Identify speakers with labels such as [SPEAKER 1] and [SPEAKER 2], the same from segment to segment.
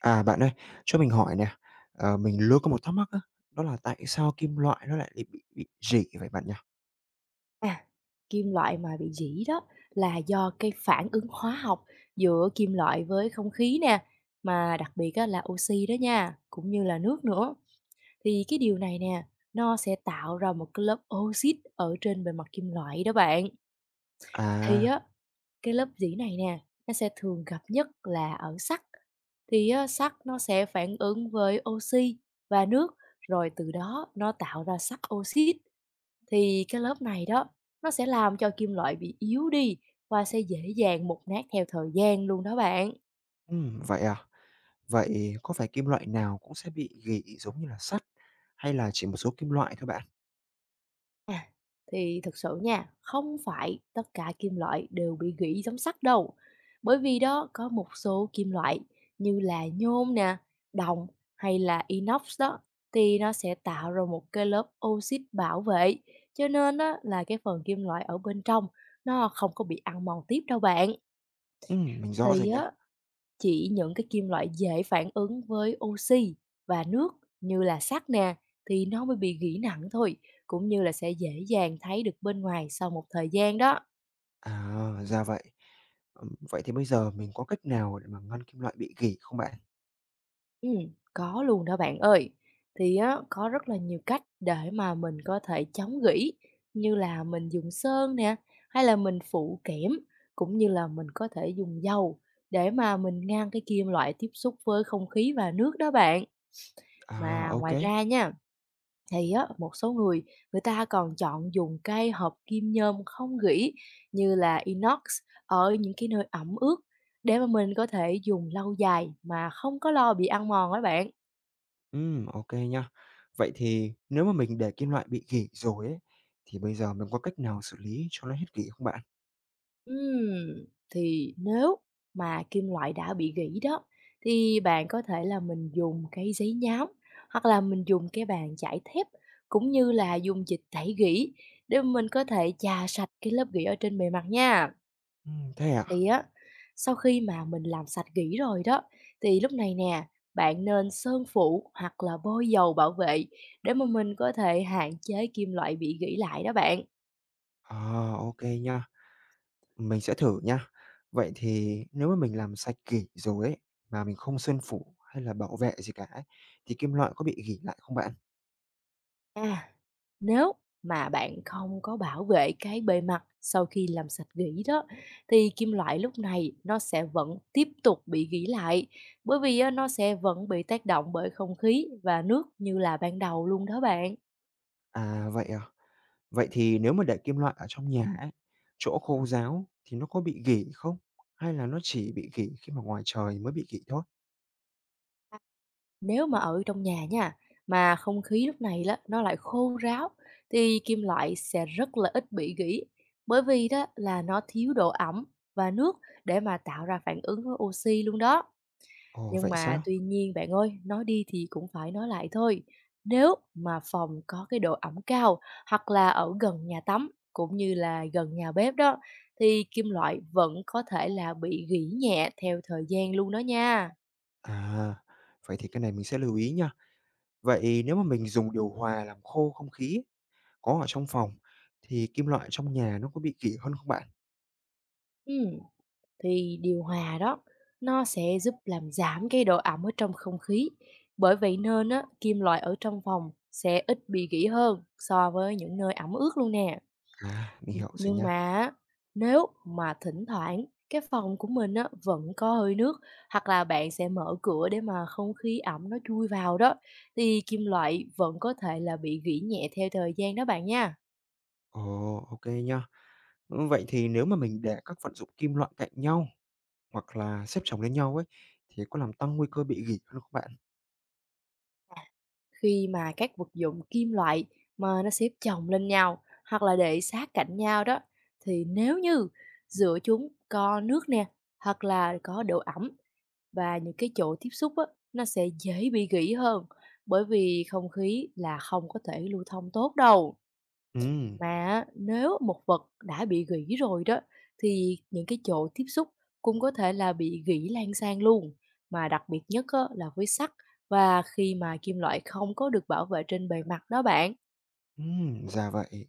[SPEAKER 1] À, bạn ơi, cho mình hỏi nè, mình luôn có một thắc mắc á, đó là tại sao kim loại nó lại lại bị rỉ vậy bạn nhỉ?
[SPEAKER 2] À, kim loại mà bị dỉ đó là do cái phản ứng hóa học giữa kim loại với không khí nè, mà đặc biệt á, là oxy đó nha, cũng như là nước nữa. Thì cái điều này nè, nó sẽ tạo ra một cái lớp oxit ở trên bề mặt kim loại đó bạn. Thì
[SPEAKER 1] À,
[SPEAKER 2] á, cái lớp rỉ này nè, nó sẽ thường gặp nhất là ở sắt. Thì á, sắt nó sẽ phản ứng với oxy và nước, rồi từ đó nó tạo ra sắt oxit. Thì cái lớp này đó, nó sẽ làm cho kim loại bị yếu đi và sẽ dễ dàng mục nát theo thời gian luôn đó bạn.
[SPEAKER 1] vậy à? Vậy có phải kim loại nào cũng sẽ bị rỉ giống như là sắt, hay là chỉ một số kim loại thôi bạn?
[SPEAKER 2] À, thì thực sự nha, không phải tất cả kim loại đều bị gỉ giống sắt đâu. Bởi vì đó có một số kim loại như là nhôm nè, đồng hay là inox đó thì nó sẽ tạo ra một cái lớp oxit bảo vệ, cho nên đó là cái phần kim loại ở bên trong nó không có bị ăn mòn tiếp đâu bạn.
[SPEAKER 1] Mình rõ
[SPEAKER 2] Thì
[SPEAKER 1] rồi nhá.
[SPEAKER 2] á, chỉ những cái kim loại dễ phản ứng với oxy và nước như là sắt nè, thì nó mới bị gỉ nặng thôi, cũng như là sẽ dễ dàng thấy được bên ngoài sau một thời gian đó.
[SPEAKER 1] À, ra vậy. Vậy thì bây giờ mình có cách nào để mà ngăn kim loại bị rỉ không bạn?
[SPEAKER 2] Ừm, có luôn đó bạn ơi. Thì á, có rất là nhiều cách để mà mình có thể chống gỉ, như là mình dùng sơn nè, hay là mình phủ kẽm, cũng như là mình có thể dùng dầu để mà mình ngăn cái kim loại tiếp xúc với không khí và nước đó bạn.
[SPEAKER 1] À,
[SPEAKER 2] Mà
[SPEAKER 1] ok,
[SPEAKER 2] ngoài
[SPEAKER 1] kê,
[SPEAKER 2] ra nha, thì á, một số người, người ta còn chọn dùng cây hợp kim nhôm không gỉ như là inox ở những cái nơi ẩm ướt để mà mình có thể dùng lâu dài mà không có lo bị ăn mòn á bạn.
[SPEAKER 1] ô kê. Vậy thì nếu mà mình để kim loại bị rỉ rồi ấy, thì bây giờ mình có cách nào xử lý cho nó hết rỉ không bạn?
[SPEAKER 2] Ừm, thì nếu mà kim loại đã bị gỉ đó, thì bạn có thể là mình dùng cái giấy nhám hoặc là mình dùng cái bàn chải thép, cũng như là dùng dịch tẩy gỉ để mình có thể chà sạch cái lớp gỉ ở trên bề mặt nha.
[SPEAKER 1] Thế à?
[SPEAKER 2] Thì á, sau khi mà mình làm sạch kỹ rồi đó, thì lúc này nè, bạn nên sơn phủ hoặc là bôi dầu bảo vệ để mà mình có thể hạn chế kim loại bị gỉ lại đó bạn.
[SPEAKER 1] À, ô nha, mình sẽ thử nha. Vậy thì nếu mà mình làm sạch gỉ rồi ấy, mà mình không sơn phủ hay là bảo vệ gì cả ấy, thì kim loại có bị gỉ lại không bạn?
[SPEAKER 2] À, nếu mà bạn không có bảo vệ cái bề mặt sau khi làm sạch gỉ đó, thì kim loại lúc này nó sẽ vẫn tiếp tục bị gỉ lại, bởi vì á, nó sẽ vẫn bị tác động bởi không khí và nước như là ban đầu luôn đó bạn.
[SPEAKER 1] À? Vậy thì nếu mà để kim loại ở trong nhà ấy, chỗ khô ráo thì nó có bị gỉ không? Hay là nó chỉ bị gỉ khi mà ngoài trời mới bị gỉ thôi?
[SPEAKER 2] Nếu mà ở trong nhà nha, mà không khí lúc này đó, nó lại khô ráo, thì kim loại sẽ rất là ít bị gỉ, bởi vì đó là nó thiếu độ ẩm và nước để mà tạo ra phản ứng với oxy luôn đó.
[SPEAKER 1] Ồ,
[SPEAKER 2] Nhưng
[SPEAKER 1] vậy
[SPEAKER 2] mà
[SPEAKER 1] sao?
[SPEAKER 2] tuy nhiên bạn ơi, nói đi thì cũng phải nói lại thôi. Nếu mà phòng có cái độ ẩm cao hoặc là ở gần nhà tắm, cũng như là gần nhà bếp đó, thì kim loại vẫn có thể là bị gỉ nhẹ theo thời gian luôn đó nha.
[SPEAKER 1] À, vậy thì cái này mình sẽ lưu ý nha. Vậy nếu mà mình dùng điều hòa làm khô không khí ấy, có ở trong phòng thì kim loại trong nhà nó có bị gỉ hơn không bạn?
[SPEAKER 2] Ừm, thì điều hòa đó nó sẽ giúp làm giảm cái độ ẩm ở trong không khí. Bởi vậy nên á, kim loại ở trong phòng sẽ ít bị gỉ hơn so với những nơi ẩm ướt luôn nè.
[SPEAKER 1] À, mình
[SPEAKER 2] Nh-
[SPEAKER 1] hiểu rồi
[SPEAKER 2] Nhưng
[SPEAKER 1] nhá.
[SPEAKER 2] mà á, nếu mà thỉnh thoảng cái phòng của mình á, vẫn có hơi nước hoặc là bạn sẽ mở cửa để mà không khí ẩm nó chui vào đó, thì kim loại vẫn có thể là bị gỉ nhẹ theo thời gian đó bạn nha.
[SPEAKER 1] Ồ, ok nhá, nha. Vậy thì nếu mà mình để các vật dụng kim loại cạnh nhau hoặc là xếp chồng lên nhau ấy, thì có làm tăng nguy cơ bị gỉ hơn không bạn?
[SPEAKER 2] Khi mà các vật dụng kim loại mà nó xếp chồng lên nhau hoặc là để sát cạnh nhau đó, thì nếu như giữa chúng có nước nè, hoặc là có độ ẩm, và những cái chỗ tiếp xúc á, nó sẽ dễ bị gỉ hơn, bởi vì không khí là không có thể lưu thông tốt đâu.
[SPEAKER 1] Ừ,
[SPEAKER 2] Mà á, nếu một vật đã bị gỉ rồi đó, thì những cái chỗ tiếp xúc cũng có thể là bị gỉ lan sang luôn. Mà đặc biệt nhất á, là với sắt và khi mà kim loại không có được bảo vệ trên bề mặt đó bạn.
[SPEAKER 1] ra vậy.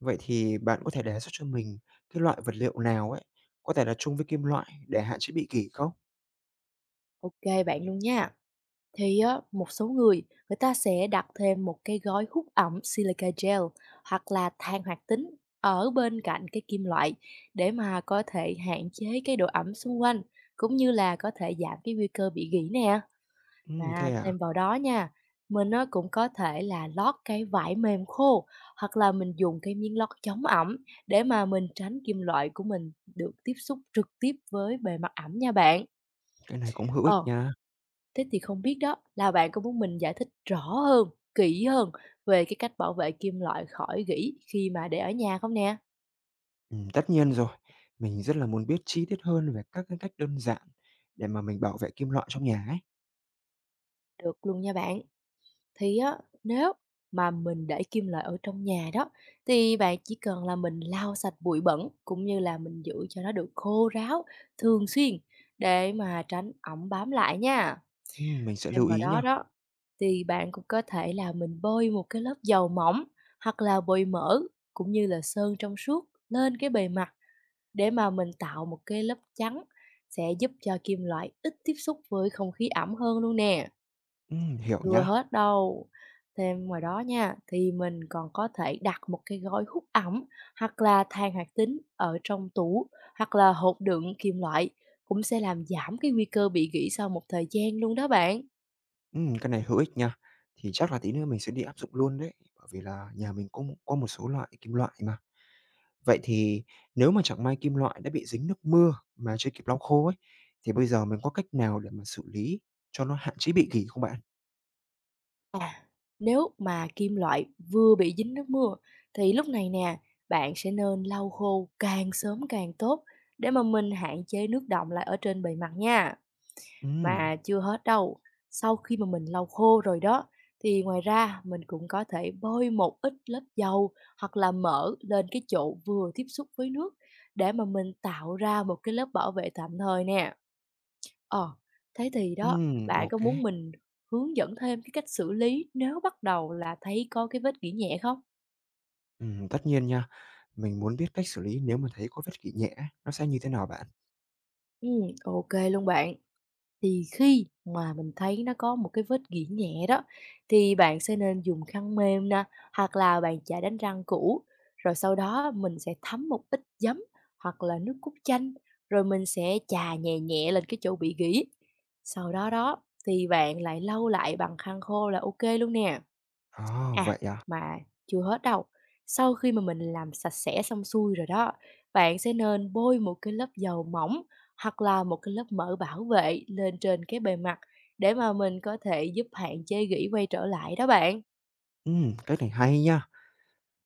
[SPEAKER 1] Vậy thì bạn có thể đề xuất cho mình cái loại vật liệu nào ấy, có thể là chung với kim loại để hạn chế bị gỉ không?
[SPEAKER 2] Ok bạn luôn nha. Thì á, một số người, người ta sẽ đặt thêm một cái gói hút ẩm silica gel hoặc là than hoạt tính ở bên cạnh cái kim loại để mà có thể hạn chế cái độ ẩm xung quanh, cũng như là có thể giảm cái nguy cơ bị gỉ nè.
[SPEAKER 1] Thế
[SPEAKER 2] À,
[SPEAKER 1] à?
[SPEAKER 2] thêm vào đó nha, mình nó cũng có thể là lót cái vải mềm khô hoặc là mình dùng cái miếng lót chống ẩm để mà mình tránh kim loại của mình được tiếp xúc trực tiếp với bề mặt ẩm nha bạn.
[SPEAKER 1] Cái này cũng hữu ích
[SPEAKER 2] Ờ,
[SPEAKER 1] nha.
[SPEAKER 2] thế thì không biết đó là bạn có muốn mình giải thích rõ hơn, kỹ hơn về cái cách bảo vệ kim loại khỏi gỉ khi mà để ở nhà không nè?
[SPEAKER 1] Tất nhiên rồi. Mình rất là muốn biết chi tiết hơn về các cái cách đơn giản để mà mình bảo vệ kim loại trong nhà ấy.
[SPEAKER 2] Được luôn nha bạn. Thì á, nếu mà mình để kim loại ở trong nhà đó, thì bạn chỉ cần là mình lau sạch bụi bẩn, cũng như là mình giữ cho nó được khô ráo thường xuyên để mà tránh ẩm bám lại nha.
[SPEAKER 1] Mình sẽ
[SPEAKER 2] Thêm
[SPEAKER 1] lưu
[SPEAKER 2] vào
[SPEAKER 1] ý
[SPEAKER 2] đó
[SPEAKER 1] nha.
[SPEAKER 2] đó, thì bạn cũng có thể là mình bôi một cái lớp dầu mỏng hoặc là bôi mỡ, cũng như là sơn trong suốt lên cái bề mặt để mà mình tạo một cái lớp trắng sẽ giúp cho kim loại ít tiếp xúc với không khí ẩm hơn luôn nè.
[SPEAKER 1] Hiểu
[SPEAKER 2] Chưa
[SPEAKER 1] nhá.
[SPEAKER 2] hết đâu, thêm ngoài đó nha, thì mình còn có thể đặt một cái gói hút ẩm hoặc là than hoạt tính ở trong tủ hoặc là hộp đựng kim loại cũng sẽ làm giảm cái nguy cơ bị gỉ sau một thời gian luôn đó bạn.
[SPEAKER 1] Cái này hữu ích nha. Thì chắc là tí nữa mình sẽ đi áp dụng luôn đấy, bởi vì là nhà mình có một số loại kim loại mà. Vậy thì nếu mà chẳng may kim loại đã bị dính nước mưa mà chưa kịp lau khô ấy, thì bây giờ mình có cách nào để mà xử lý cho nó hạn chế bị gỉ không bạn?
[SPEAKER 2] À, nếu mà kim loại vừa bị dính nước mưa, thì lúc này nè, bạn sẽ nên lau khô càng sớm càng tốt để mà mình hạn chế nước đọng lại ở trên bề mặt nha.
[SPEAKER 1] Ừm,
[SPEAKER 2] Mà chưa hết đâu, sau khi mà mình lau khô rồi đó, thì ngoài ra mình cũng có thể bôi một ít lớp dầu hoặc là mỡ lên cái chỗ vừa tiếp xúc với nước để mà mình tạo ra một cái lớp bảo vệ tạm thời nè. Ờ, thế thì đó, bạn
[SPEAKER 1] ô.
[SPEAKER 2] có muốn mình hướng dẫn thêm cái cách xử lý nếu bắt đầu là thấy có cái vết gỉ nhẹ không?
[SPEAKER 1] Tất nhiên nha. Mình muốn biết cách xử lý nếu mà thấy có vết gỉ nhẹ nó sẽ như thế nào bạn?
[SPEAKER 2] Ok luôn bạn. Thì khi mà mình thấy nó có một cái vết gỉ nhẹ đó, thì bạn sẽ nên dùng khăn mềm nè, hoặc là bạn chải đánh răng cũ, rồi sau đó mình sẽ thấm một ít giấm hoặc là nước cốt chanh, rồi mình sẽ chà nhẹ nhẹ lên cái chỗ bị gỉ. Sau đó đó, thì bạn lại lau lại bằng khăn khô là ok luôn nè.
[SPEAKER 1] À,
[SPEAKER 2] À,
[SPEAKER 1] vậy à?
[SPEAKER 2] mà chưa hết đâu. Sau khi mà mình làm sạch sẽ xong xuôi rồi đó, bạn sẽ nên bôi một cái lớp dầu mỏng hoặc là một cái lớp mỡ bảo vệ lên trên cái bề mặt để mà mình có thể giúp hạn chế gỉ quay trở lại đó bạn.
[SPEAKER 1] Cách này hay nha.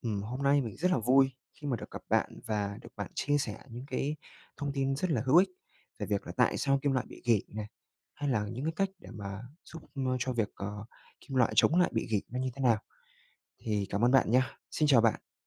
[SPEAKER 1] Hôm nay mình rất là vui khi mà được gặp bạn và được bạn chia sẻ những cái thông tin rất là hữu ích về việc là tại sao kim loại bị gỉ này, hay là những cái cách để mà cho việc kim loại chống lại bị gỉ nó như thế nào. Thì cảm ơn bạn nha. Xin chào bạn.